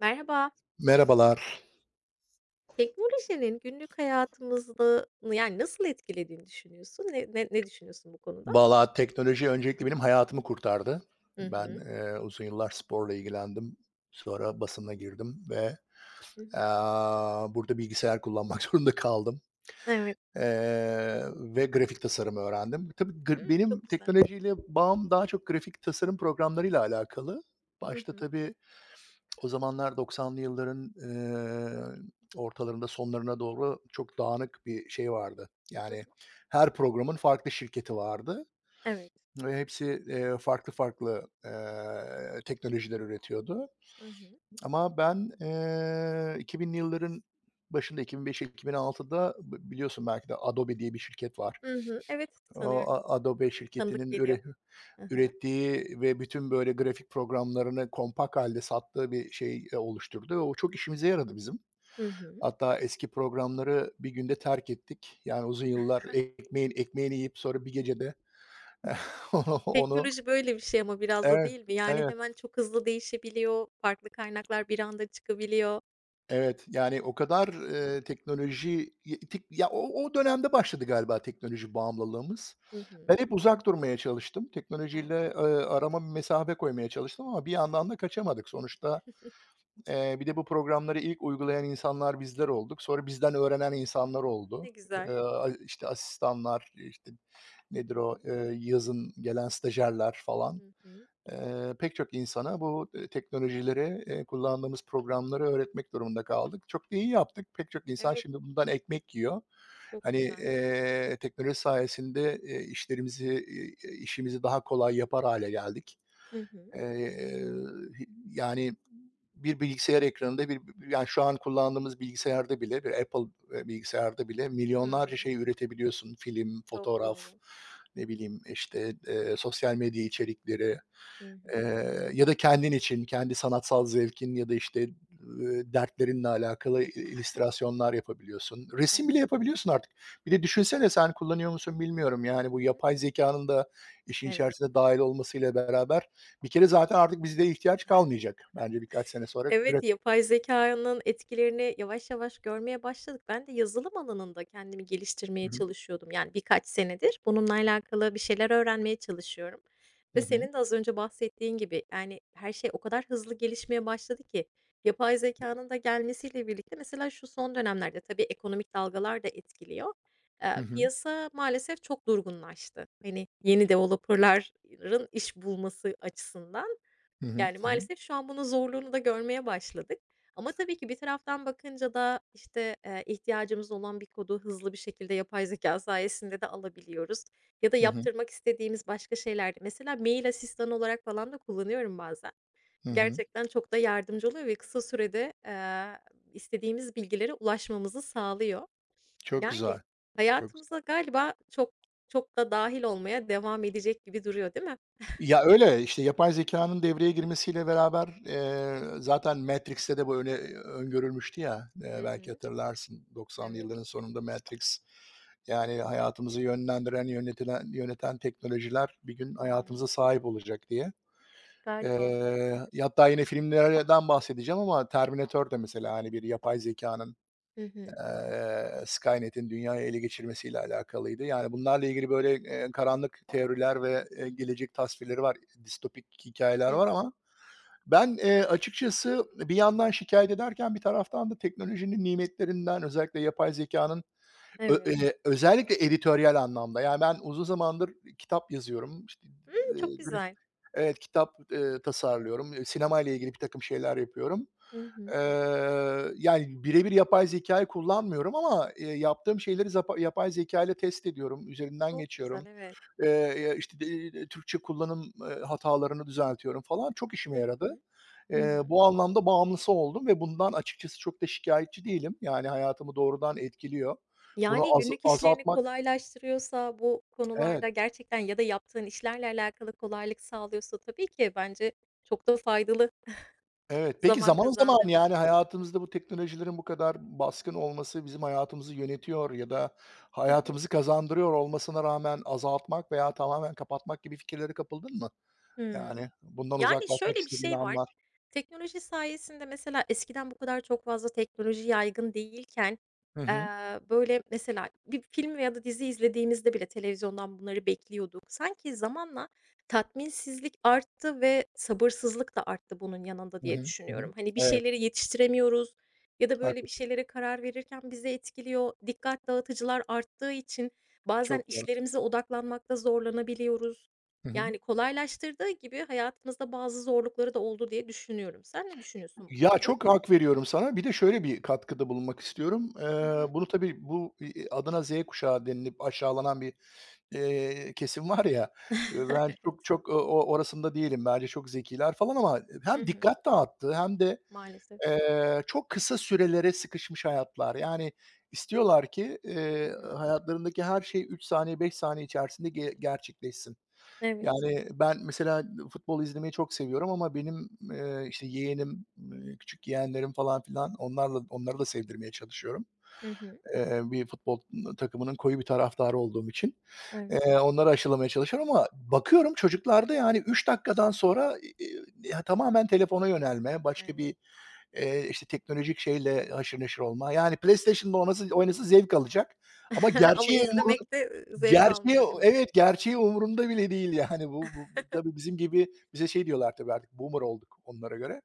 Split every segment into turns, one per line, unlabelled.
Merhaba.
Merhabalar.
Teknolojinin günlük hayatımızı yani nasıl etkilediğini düşünüyorsun? Ne düşünüyorsun bu konuda?
Valla teknoloji öncelikle benim hayatımı kurtardı.
Hı
Ben,
hı.
uzun yıllar sporla ilgilendim. Sonra basına girdim ve,
Hı hı.
burada bilgisayar kullanmak zorunda kaldım,
Evet.
ve grafik tasarımı öğrendim. Tabii
Hımm,
benim
çok güzel.
teknolojiyle bağım daha çok grafik tasarım programlarıyla alakalı.
Hı
Başta
hı.
tabii o zamanlar 90'lı yılların, ortalarında sonlarına doğru çok dağınık bir şey vardı.
Hı hı.
Yani her programın farklı şirketi vardı.
Evet.
Ve hepsi, farklı farklı, teknolojiler üretiyordu
Hı hı.
ama ben, 2000'li yılların başında 2005-2006'da biliyorsun belki de Adobe diye bir şirket var.
Hı hı. Evet,
O
tanıyorum.
Adobe
Tanıdık
şirketinin
geliyor. Hı hı.
ürettiği ve bütün böyle grafik programlarını kompak halde sattığı bir şey, oluşturdu ve o çok işimize yaradı bizim.
Hı hı.
Hatta eski programları bir günde terk ettik. Yani uzun yıllar ekmeğin ekmeğini yiyip sonra bir gecede onu onu
Teknoloji böyle bir şey ama biraz da
Evet,
değil mi? Yani
evet.
hemen çok hızlı değişebiliyor, farklı kaynaklar bir anda çıkabiliyor.
Evet, yani o kadar,
Hı hı.
teknoloji y tik ya, o dönemde başladı galiba teknoloji bağımlılığımız.
Hı hı.
Ben hep uzak durmaya çalıştım.
Evet.
Teknolojiyle, arama bir mesafe koymaya çalıştım ama bir yandan da kaçamadık. Sonuçta, bir de bu programları ilk uygulayan insanlar bizler olduk. Sonra bizden öğrenen insanlar oldu.
Ne güzel.
A işte asistanlar, işte, nedir
Hı
o,
hı.
yazın gelen stajyerler falan.
Hı hı.
Pek çok insana bu, teknolojileri, kullandığımız programları öğretmek durumunda kaldık. Çok da iyi
Çok güzel.
yaptık. Pek çok insan
Evet,
şimdi bundan ekmek yiyor.
çok
Hani,
güzel.
teknoloji sayesinde, işlerimizi, işimizi daha kolay yapar hale geldik.
Hı hı.
Eee, yani bir bilgisayar ekranında yani şu an kullandığımız bilgisayarda bile bir Apple, bilgisayarda bile
Hı
milyonlarca
hı.
şey üretebiliyorsun. Film,
Çok
fotoğraf,
doğru.
ne bileyim, işte, sosyal medya içerikleri,
Hı hı.
ya da kendin için, kendi sanatsal zevkin ya da, işte, dertlerinle alakalı illüstrasyonlar yapabiliyorsun. Resim bile
Evet.
yapabiliyorsun artık. Bir de düşünsene sen kullanıyor musun bilmiyorum, yani bu
Hı hı.
yapay zekanın da işin
Evet.
içerisine dâhil olmasıyla beraber bir kere zaten artık bizde ihtiyaç kalmayacak bence birkaç sene sonra
Evet, yapay zekanın etkilerini yavaş yavaş görmeye başladık. Ben de yazılım alanında kendimi geliştirmeye
Hı hı.
çalışıyordum. Yani birkaç senedir bununla alakalı bir şeyler öğrenmeye çalışıyorum
Hı
ve
hı.
senin de az önce bahsettiğin gibi, yani, her şey o kadar hızlı gelişmeye başladı ki yapay zekanın da gelmesiyle birlikte mesela şu son dönemlerde tabii ekonomik dalgalar da etkiliyor.
Hı hı.
Piyasa maalesef çok durgunlaştı. Hani, yeni developer'ların iş bulması açısından.
Hı hı.
Yani,
Hı hı.
maalesef şu an bunun zorluğunu da görmeye başladık ama tabii ki bir taraftan bakınca da, işte, ihtiyacımız olan bir kodu hızlı bir şekilde yapay zeka sayesinde de alabiliyoruz ya da
Hı hı.
yaptırmak istediğimiz başka şeyler mesela mail asistanı olarak falan da kullanıyorum bazen. Gerçekten çok da yardımcı oluyor ve kısa sürede, istediğimiz bilgilere ulaşmamızı sağlıyor.
Çok
Yani,
güzel. Çok
hayatımıza
güzel.
galiba çok çok da dahil olmaya devam edecek gibi duruyor, değil mi?
Ya, öyle, işte, yapay zeka'nın devreye girmesiyle beraber, zaten Matrix'te de bu öngörülmüştü ya,
Hı
belki
hı.
hatırlarsın 90'lı
Evet.
yılların sonunda Matrix, yani hayatımızı yönlendiren, yönetilen yöneten teknolojiler bir gün
Hı hı.
hayatımıza sahip olacak diye.
Galiba evet.
Ya, hatta yine filmlerden bahsedeceğim ama Terminator da mesela, hani, bir yapay zekânın,
Hı hı.
Skynet'in dünyayı ele geçirmesiyle alakalıydı. Yani, bunlarla ilgili böyle, karanlık teoriler ve, gelecek tasvirleri var, distopik hikâyeler
Hı
var
hı.
ama ben, açıkçası bir yandan şikâyet ederken bir taraftan da teknolojinin nimetlerinden, özellikle yapay zekânın Ö
Evet.
özellikle editoryal anlamda. Yani, ben uzun zamandır kitap yazıyorum. İşte,
Hımm, çok
graf
güzel.
Evet, kitap, tasarlıyorum. Sinemayla ilgili birtakım şeyler yapıyorum.
Hı hı.
Eee, yani, birebir yapay zekâyı kullanmıyorum ama, yaptığım şeyleri yapay zekâyla test ediyorum, üzerinden
Çok güzel,
geçiyorum.
evet.
Ya, işte, Türkçe kullanım, hatalarını düzeltiyorum falan. Çok işime
Hı
yaradı.
hı. Hı hı.
Bu anlamda bağımlısı oldum ve bundan açıkçası çok da şikayetçi değilim. Yani hayatımı doğrudan etkiliyor. Bunu
Yani,
az
günlük işlerini
azaltmak
kolaylaştırıyorsa bu
Evet,
konularda gerçekten ya da yaptığın işlerle alakalı kolaylık sağlıyorsa tabii ki bence çok da faydalı
evet. Peki
zaman
zaman zaman,
kazandırma.
yani, hayatımızda bu teknolojilerin bu kadar baskın olması bizim hayatımızı yönetiyor ya da
Hı hı.
hayatımızı kazandırıyor olmasına rağmen azaltmak veya tamamen kapatmak gibi fikirlere kapıldın mı? Yani
Hımm.
bundan
Yani, şöyle
uzaklaşmak
bir
istediğin
şey var,
anlar.
teknoloji sayesinde mesela eskiden bu kadar çok fazla teknoloji yaygın değilken,
Hı
eee,
hı.
böyle, mesela bir film veya da dizi izlediğimizde bile televizyondan bunları bekliyorduk. Sanki zamanla tatminsizlik arttı ve sabırsızlık da arttı bunun yanında
Hı
diye
hı. Hı hı.
düşünüyorum. Hani, bir
Evet,
şeyleri yetiştiremiyoruz ya da, böyle, bir
haklısın.
şeylere karar verirken bizi etkiliyor. Dikkat dağıtıcılar arttığı için bazen
Çok doğru.
işlerimize odaklanmakta zorlanabiliyoruz.
Hı hı.
Yani, kolaylaştırdığı gibi hayatımızda bazı zorlukları da oldu diye düşünüyorum. Sen ne düşünüyorsun bu
Ya,
konuda?
çok hak veriyorum sana. Bir de şöyle bir katkıda bulunmak istiyorum.
Hı hı.
Bunu tabii bu, adına Z kuşağı denilip aşağılanan bir, kesim var ya, ben
Evet.
çok çok o orasında değilim. Bence çok zekiler falan ama
Hı
hem
hı.
dikkat dağıttı hem de,
Maalesef.
çok kısa sürelere sıkışmış hayatlar. Yani istiyorlar ki,
Hı hı.
hayatlarındaki her şey 3 saniye, 5 saniye içerisinde gerçekleşsin.
Evet.
Yani, ben mesela futbol izlemeyi çok seviyorum ama benim, işte, yeğenim, küçük yeğenlerim falan filan onları da sevdirmeye çalışıyorum.
Hı hı.
Bir futbol takımının koyu bir taraftarı olduğum için,
Evet,
onları aşılamaya çalışıyorum ama bakıyorum çocuklarda, yani, 3 dakikadan sonra, ya, tamamen telefona yönelme, başka
evet.
bir, işte, teknolojik şeyle haşır neşir olma. Yani, PlayStation'da oynasa oynasa zevk alacak ama
Ama
gerçeği
izlemekte, zevk
Gerçeği
almıyor, değil mi?
evet, gerçeği umurumda bile değil yani. Bu tabii bizim gibi bize şey diyorlar tabii artık boomer olduk onlara göre.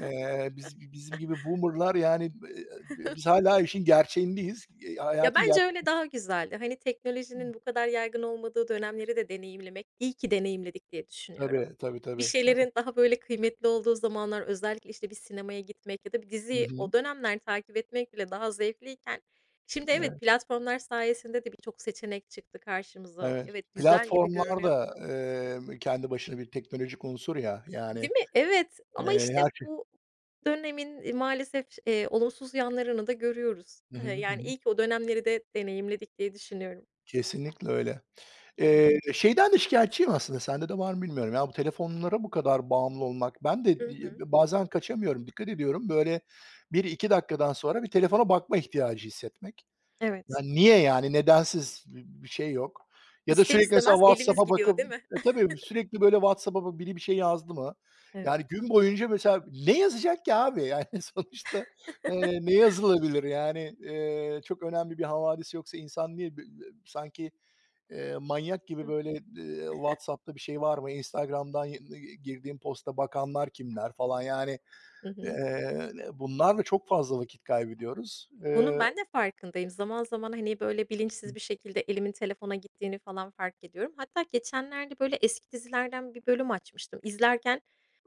Bizim gibi boomer'lar yani, biz hâlâ işin gerçeğindeyiz.
Ya,
Hayatın ger
bence öyle daha güzeldi. Hani, teknolojinin bu kadar yaygın olmadığı dönemleri de deneyimlemek iyi ki deneyimledik diye düşünüyorum.
Tabii, tabii,
Bir
tabii, tabii.
şeylerin daha, böyle, kıymetli olduğu zamanlar, özellikle, işte, bir sinemaya gitmek ya da bir
Hı
diziyi
hı.
o dönemler takip etmek bile daha zevkliyken şimdi evet,
Evet,
platformlar sayesinde de birçok seçenek çıktı karşımıza.
evet.
Evet, güzel gibi
Platformlar
görünüyor
da,
ama
kendi başına bir teknolojik unsur ya. Yani,
değil mi? Evet ama, işte,
her şey.
bu dönemin, maalesef olumsuz yanlarını da görüyoruz.
Hı hı, hı
Yani,
hı.
iyi ki o dönemleri de deneyimledik diye düşünüyorum.
Kesinlikle öyle. Şeyden de şikâyetçiyim aslında, sende de var mı bilmiyorum. Ya, bu telefonlara bu kadar bağımlı olmak. Ben de
Hı hı.
bazen kaçamıyorum, dikkat ediyorum. Böyle bir iki dakikadan sonra bir telefona bakma ihtiyacı hissetmek. Ya,
Evet.
niye yani? Nedensiz bir şey yok. Ya da
İster
sürekli mesela
istemez elimiz
WhatsApp'a
gidiyor,
bakıp
değil mi?
Tabii sürekli böyle WhatsApp'a bak biri bir şey yazdı mı?
Evet.
Yani gün boyunca mesela ne yazacak ki abi? Yani sonuçta, ne yazılabilir? Yani, çok önemli bir havadis yoksa insan niye sanki manyak
Hı
gibi böyle,
hı.
WhatsApp'ta bir şey var mı, Instagram'dan girdiğim posta bakanlar kimler falan yani,
Hı hı.
bunlarla çok fazla vakit kaybediyoruz.
Bunun ben de farkındayım. Zaman zaman, hani, böyle, bilinçsiz bir şekilde elimin telefona gittiğini falan fark ediyorum. Hatta geçenlerde, böyle, eski dizilerden bir bölüm açmıştım. İzlerken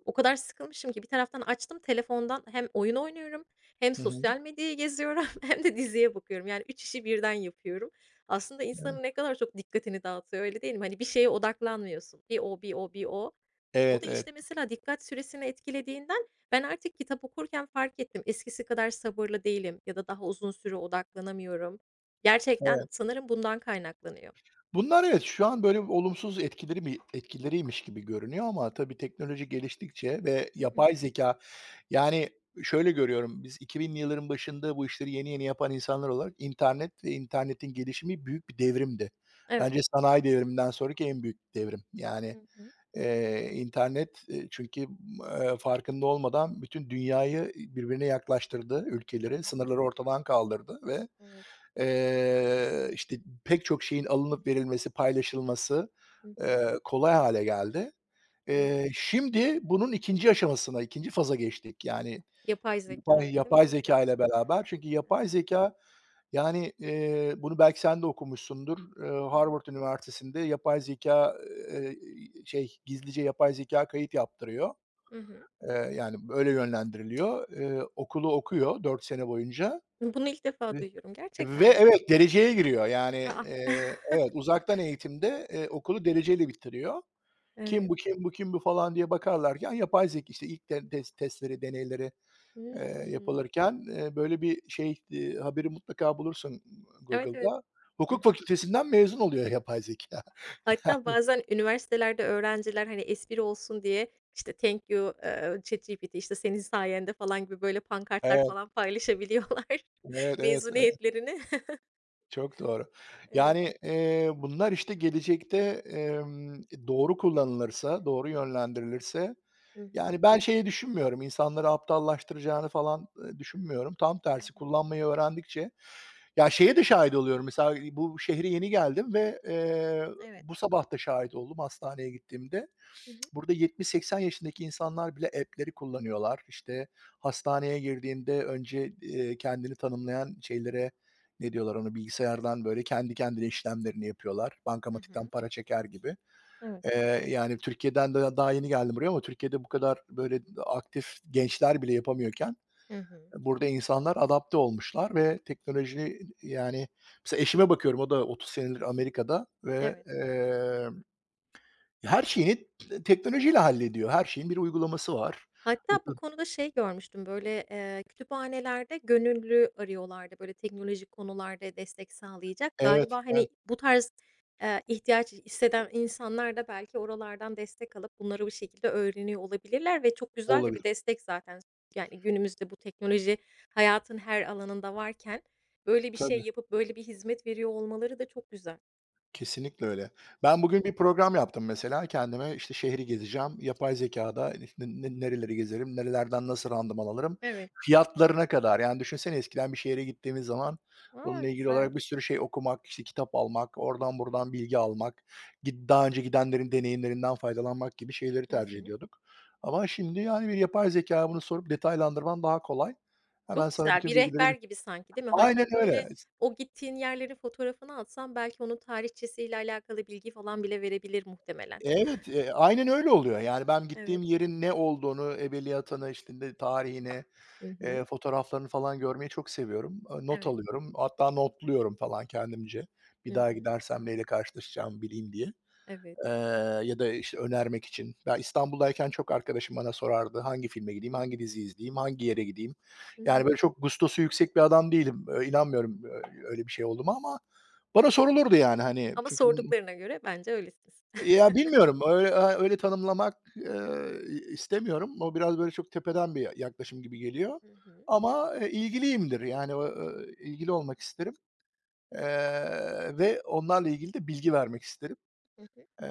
o kadar sıkılmışım ki bir taraftan açtım telefondan hem oyun oynuyorum hem
Hı hı.
sosyal medyayı geziyorum hem de diziye bakıyorum. Yani 3 işi birden yapıyorum. Aslında
Evet.
insanın ne kadar çok dikkatini dağıtıyor, öyle değil mi? Hani, bir şeye odaklanmıyorsun. Bir o, bir o, bir o. O da,
Evet, evet.
işte, mesela dikkat süresini etkilediğinden ben artık kitap okurken fark ettim. Eskisi kadar sabırlı değilim ya da daha uzun süre odaklanamıyorum. Gerçekten
Evet.
sanırım bundan kaynaklanıyor.
Bunlar evet, şu an böyle olumsuz etkileriymiş gibi görünüyor ama tabii teknoloji geliştikçe ve
Hı hı.
yapay zeka yani şöyle görüyorum, biz 2000'li yılların başında bu işleri yeni yeni yapan insanlar olarak internet ve internetin gelişimi büyük bir devrimdi.
Evet.
Bence sanayi devriminden sonraki en büyük devrim.
Hı
Yani,
hı.
internet, çünkü, farkında olmadan bütün dünyayı birbirine yaklaştırdı,
Hı
ülkeleri,
hı.
sınırları ortadan kaldırdı ve
Evet.
İşte, pek çok şeyin alınıp verilmesi, paylaşılması,
Hı hı.
kolay hale geldi.
Evet.
Şimdi bunun ikinci aşamasına, ikinci faza geçtik. Yani
Yapay
yapay
zekâyla değil
yapay
mi bir de?
zeka ile beraber. Çünkü yapay
Evet.
zeka, yani, bunu belki sen de okumuşsundur.
Hı hı.
Harvard Üniversitesi'nde yapay zeka, eee, gizlice yapay zeka kayıt yaptırıyor.
Hı hı.
Yani, öyle yönlendiriliyor. Okulu okuyor 4 sene boyunca.
Bunu ilk defa duyuyorum.
Ve
Gerçekten mi?
evet, dereceye giriyor. Yani,
A,
evet, uzaktan eğitimde, okulu dereceyle bitiriyor. Kim
Evet.
bu, kim bu, kim bu falan diye bakarlarken yapay zeka işte ilk de tes testleri, deneyleri,
Hımm.
yapılırken, böyle bir şey, haberi mutlaka bulursun
Evet, evet.
Google'da. Hukuk
Hı.
fakültesinden mezun oluyor yapay zekâ.
Hatta bazen üniversitelerde öğrenciler, hani, espri olsun diye, işte, "Thank you, ChatGPT", işte, "Senin sayende" falan gibi böyle pankartlar
Evet,
falan paylaşabiliyorlar
evet, evet, evet.
mezuniyetlerini.
Çok doğru.
Evet.
Yani, bunlar, işte, gelecekte, emm, doğru kullanılırsa, doğru yönlendirilirse.
Hı hı.
Yani, ben şeyi düşünmüyorum, insanları aptallaştıracağını falan, düşünmüyorum. Tam
Hı
tersi
hı.
kullanmayı öğrendikçe. Ya, şeye de şahit oluyorum mesela, bu şehre yeni geldim ve, bu
Evet.
sabah da şahit oldum hastaneye gittiğimde.
Hı hı.
Burada 70-80 yaşındaki insanlar bile app'leri kullanıyorlar. İşte, hastaneye girdiğinde önce, kendini tanımlayan şeylere ne diyorlar onu bilgisayardan böyle kendi kendine işlemlerini yapıyorlar.
Hı
Bankamatikten
hı.
para çeker gibi.
Evet.
Yani Türkiye'den de daha yeni geldim buraya ama Türkiye'de bu kadar böyle aktif gençler bile yapamıyorken
Hı hı.
burada insanlar adapte olmuşlar ve teknoloji yani mesela eşime bakıyorum o da 30 senedir Amerika'da ve,
Evet.
her şeyini teknolojiyle hallediyor. Her şeyin bir uygulaması var.
Hatta bu
Otuz-
konuda şey görmüştüm, böyle, kütüphanelerde gönüllü arıyorlardı, böyle, teknolojik konularda destek sağlayacak.
Evet,
Galiba, hani,
evet.
bu tarz, ihtiyaç hisseden insanlar da belki oralardan destek alıp bunları bir şekilde öğreniyor olabilirler ve çok
Bu
güzel de bir
olabilir.
destek zaten. Yani, günümüzde bu teknoloji hayatın her alanında varken böyle bir şey
Tabii.
yapıp böyle bir hizmet veriyor olmaları da çok güzel.
Kesinlikle öyle.
Hı
Ben
hı.
bugün bir program yaptım mesela. Kendime işte şehri gezeceğim. Yapay zekâda işte nereleri gezerim, nerelerden nasıl randıman alırım,
Evet.
fiyatlarına kadar. Yani düşünsene eskiden bir şehre gittiğimiz zaman
A,
bununla ilgili
güzel.
olarak bir sürü şey okumak, işte kitap almak, oradan buradan bilgi almak, daha önce gidenlerin deneyimlerinden faydalanmak gibi şeyleri
Hı
tercih
hı.
ediyorduk. Ama şimdi, yani, bir yapay zekaya bunu sorup detaylandırman daha kolay. Hemen
Çok
sana
güzel.
bütün
Bir
bilgileri.
rehber gibi sanki, değil mi?
Aynen
Hatta, böyle,
öyle.
o gittiğin yerlerin fotoğrafını atsan belki onun tarihçesiyle alakalı bilgi falan bile verebilir muhtemelen.
Evet, aynen öyle oluyor. Yani ben gittiğim
Evet.
yerin ne olduğunu, ebeliyatını, işte, de tarihini,
Hı hı.
fotoğraflarını falan görmeyi çok seviyorum. Not
Evet.
alıyorum. Hatta notluyorum falan kendimce.
Hı
Bir daha
hı.
gidersem neyle karşılaşacağımı bileyim diye,
Evet.
eee, ya da, işte, önermek için. Ben İstanbul'dayken çok arkadaşım bana sorardı, hangi filme gideyim, hangi dizi izleyeyim, hangi yere gideyim?
Hı
Yani,
hı.
böyle çok gustosu yüksek bir adam değilim. İnanmıyorum, öyle bir şey olduğuma ama bana sorulurdu yani, hani,
Ama
çünkü
sorduklarına göre bence öylesin.
ya, bilmiyorum. Öyle tanımlamak, istemiyorum. O biraz, böyle, çok tepeden bir yaklaşım gibi geliyor
Hı hı.
ama, ilgiliyimdir. Yani, o, ilgili olmak isterim, ve onlarla ilgili de bilgi vermek isterim.
Hı hı.
Eee,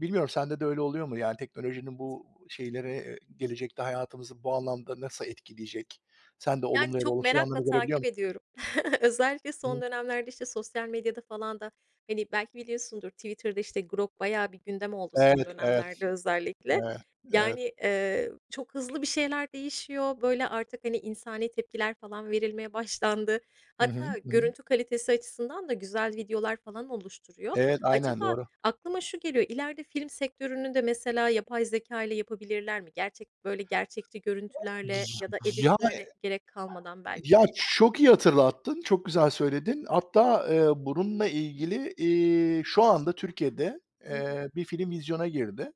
bilmiyorum sende de öyle oluyor mu? Yani, teknolojinin bu şeyleri, gelecekte hayatımızı bu anlamda nasıl etkileyecek? Sen de
Yani,
olumlu ya da
çok
olumsuz
merakla
yanlarını görebiliyor
takip
musun?
ediyorum. Özellikle
Hı
son
hı.
dönemlerde, işte, sosyal medyada falan da, hani, belki biliyorsundur, Twitter'da, işte, Grok bayağı bir gündem oldu son
Evet, evet,
dönemlerde özellikle.
evet, evet.
Yani, çok hızlı bir şeyler değişiyor. Böyle, artık, hani, insani tepkiler falan verilmeye başlandı.
Hı hı,
Hatta
hı hı.
görüntü kalitesi açısından da güzel videolar falan oluşturuyor.
Evet, aynen
Acaba
doğru.
Aklıma şu geliyor, ileride film sektörünü de mesela yapay zeka ile yapabilirler mi? Gerçek, böyle, gerçekçi görüntülerle ya da
Ya,
editlere gerek kalmadan belki
Ya,
de.
çok iyi hatırlattın, çok güzel söyledin. Hatta, bununla ilgili, şu anda Türkiye'de,
Hı hı.
bir film vizyona girdi.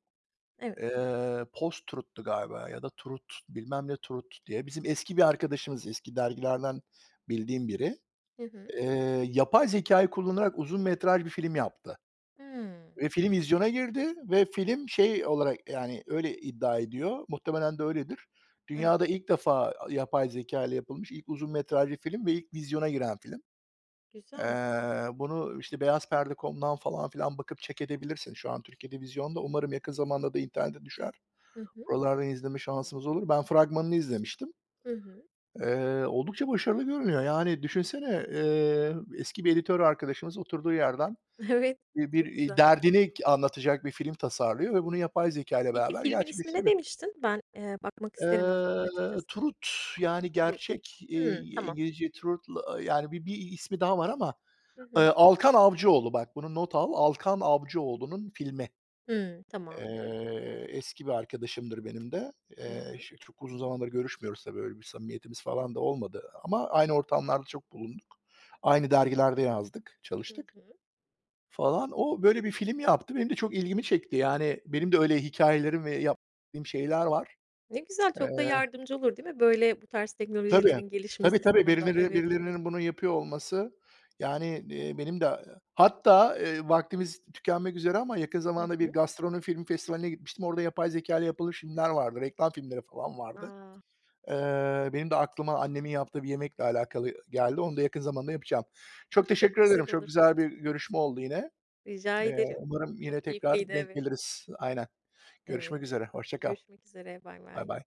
Evet.
Post Truth'tu galiba ya da Truth, bilmem ne Truth diye. Bizim eski bir arkadaşımız, eski dergilerden bildiğim biri.
Hı hı.
Yapay zekâyı kullanarak uzun metraj bir film yaptı.
Hımm.
Ve film vizyona girdi ve film şey olarak, yani, öyle iddia ediyor, muhtemelen de öyledir.
Evet,
Dünyada ilk defa yapay zekâyla yapılmış ilk uzun metrajlı film ve ilk vizyona giren film. Eee,
güzel.
bunu, işte, beyazperde.com'dan falan filan bakıp check edebilirsin. Şu an Türkiye'de vizyonda. Umarım yakın zamanda da internete düşer.
Hı hı.
Buralardan izleme şansımız olur. Ben fragmanını izlemiştim.
Hı hı.
Oldukça başarılı görünüyor. Yani düşünsene, eski bir editör arkadaşımız oturduğu yerden
Evet, çok güzel.
derdini anlatacak bir film tasarlıyor ve bunu yapay zekâyla
Peki,
beraber
filmin ismi ne
gerçekleştirebiliyor.
demiştin? Ben, bakmak isterim aç açıkçası.
Truth, yani
Truth.
gerçek,
Hımm, tamam.
İngilizce Truth'la yani bir ismi daha var ama,
Hı hı.
Alkan Avcıoğlu bak bunu not al. Alkan Avcıoğlu'nun filmi.
Hımm, tamamdır.
Eski bir arkadaşımdır benim de.
Hı hı.
Ş çok uzun zamandır görüşmüyoruz tabii, öyle bir samimiyetimiz falan da olmadı ama aynı ortamlarda çok bulunduk. Aynı dergilerde yazdık,
Hı
çalıştık.
hı.
Falan. O böyle bir film yaptı. Benim de çok ilgimi çekti. Yani benim de öyle hikayelerim ve yaptığım şeyler var.
Ne güzel,
Eee
çok da yardımcı olur değil mi, böyle, bu tarz
Tabii.
teknolojilerin
Tabii,
gelişmesi
tabii.
sana da?
Birileri
Evet.
birilerinin bunu yapıyor olması, yani, benim de hatta, vaktimiz tükenmek üzere ama yakın
Hı
zamanda bir
hı.
gastronomi film festivaline gitmiştim. Orada yapay zekâyla yapılmış filmler vardı. Reklam filmleri falan vardı.
A!
Benim de aklıma annemin yaptığı bir yemekle alakalı geldi. Onu da yakın zamanda yapacağım.
Ah,
Çok
çok
teşekkür ederim.
güzel
Çok
olur.
güzel bir görüşme oldu yine.
Rica ederim.
Umarım
Çok
yine
keyifliydi,
tekrar denk
evet.
geliriz. Aynen.
Evet,
Görüşmek üzere,
teşekkür.
hoşça kal.
Görüşmek üzere, bay
Bay.
bay.
Bay.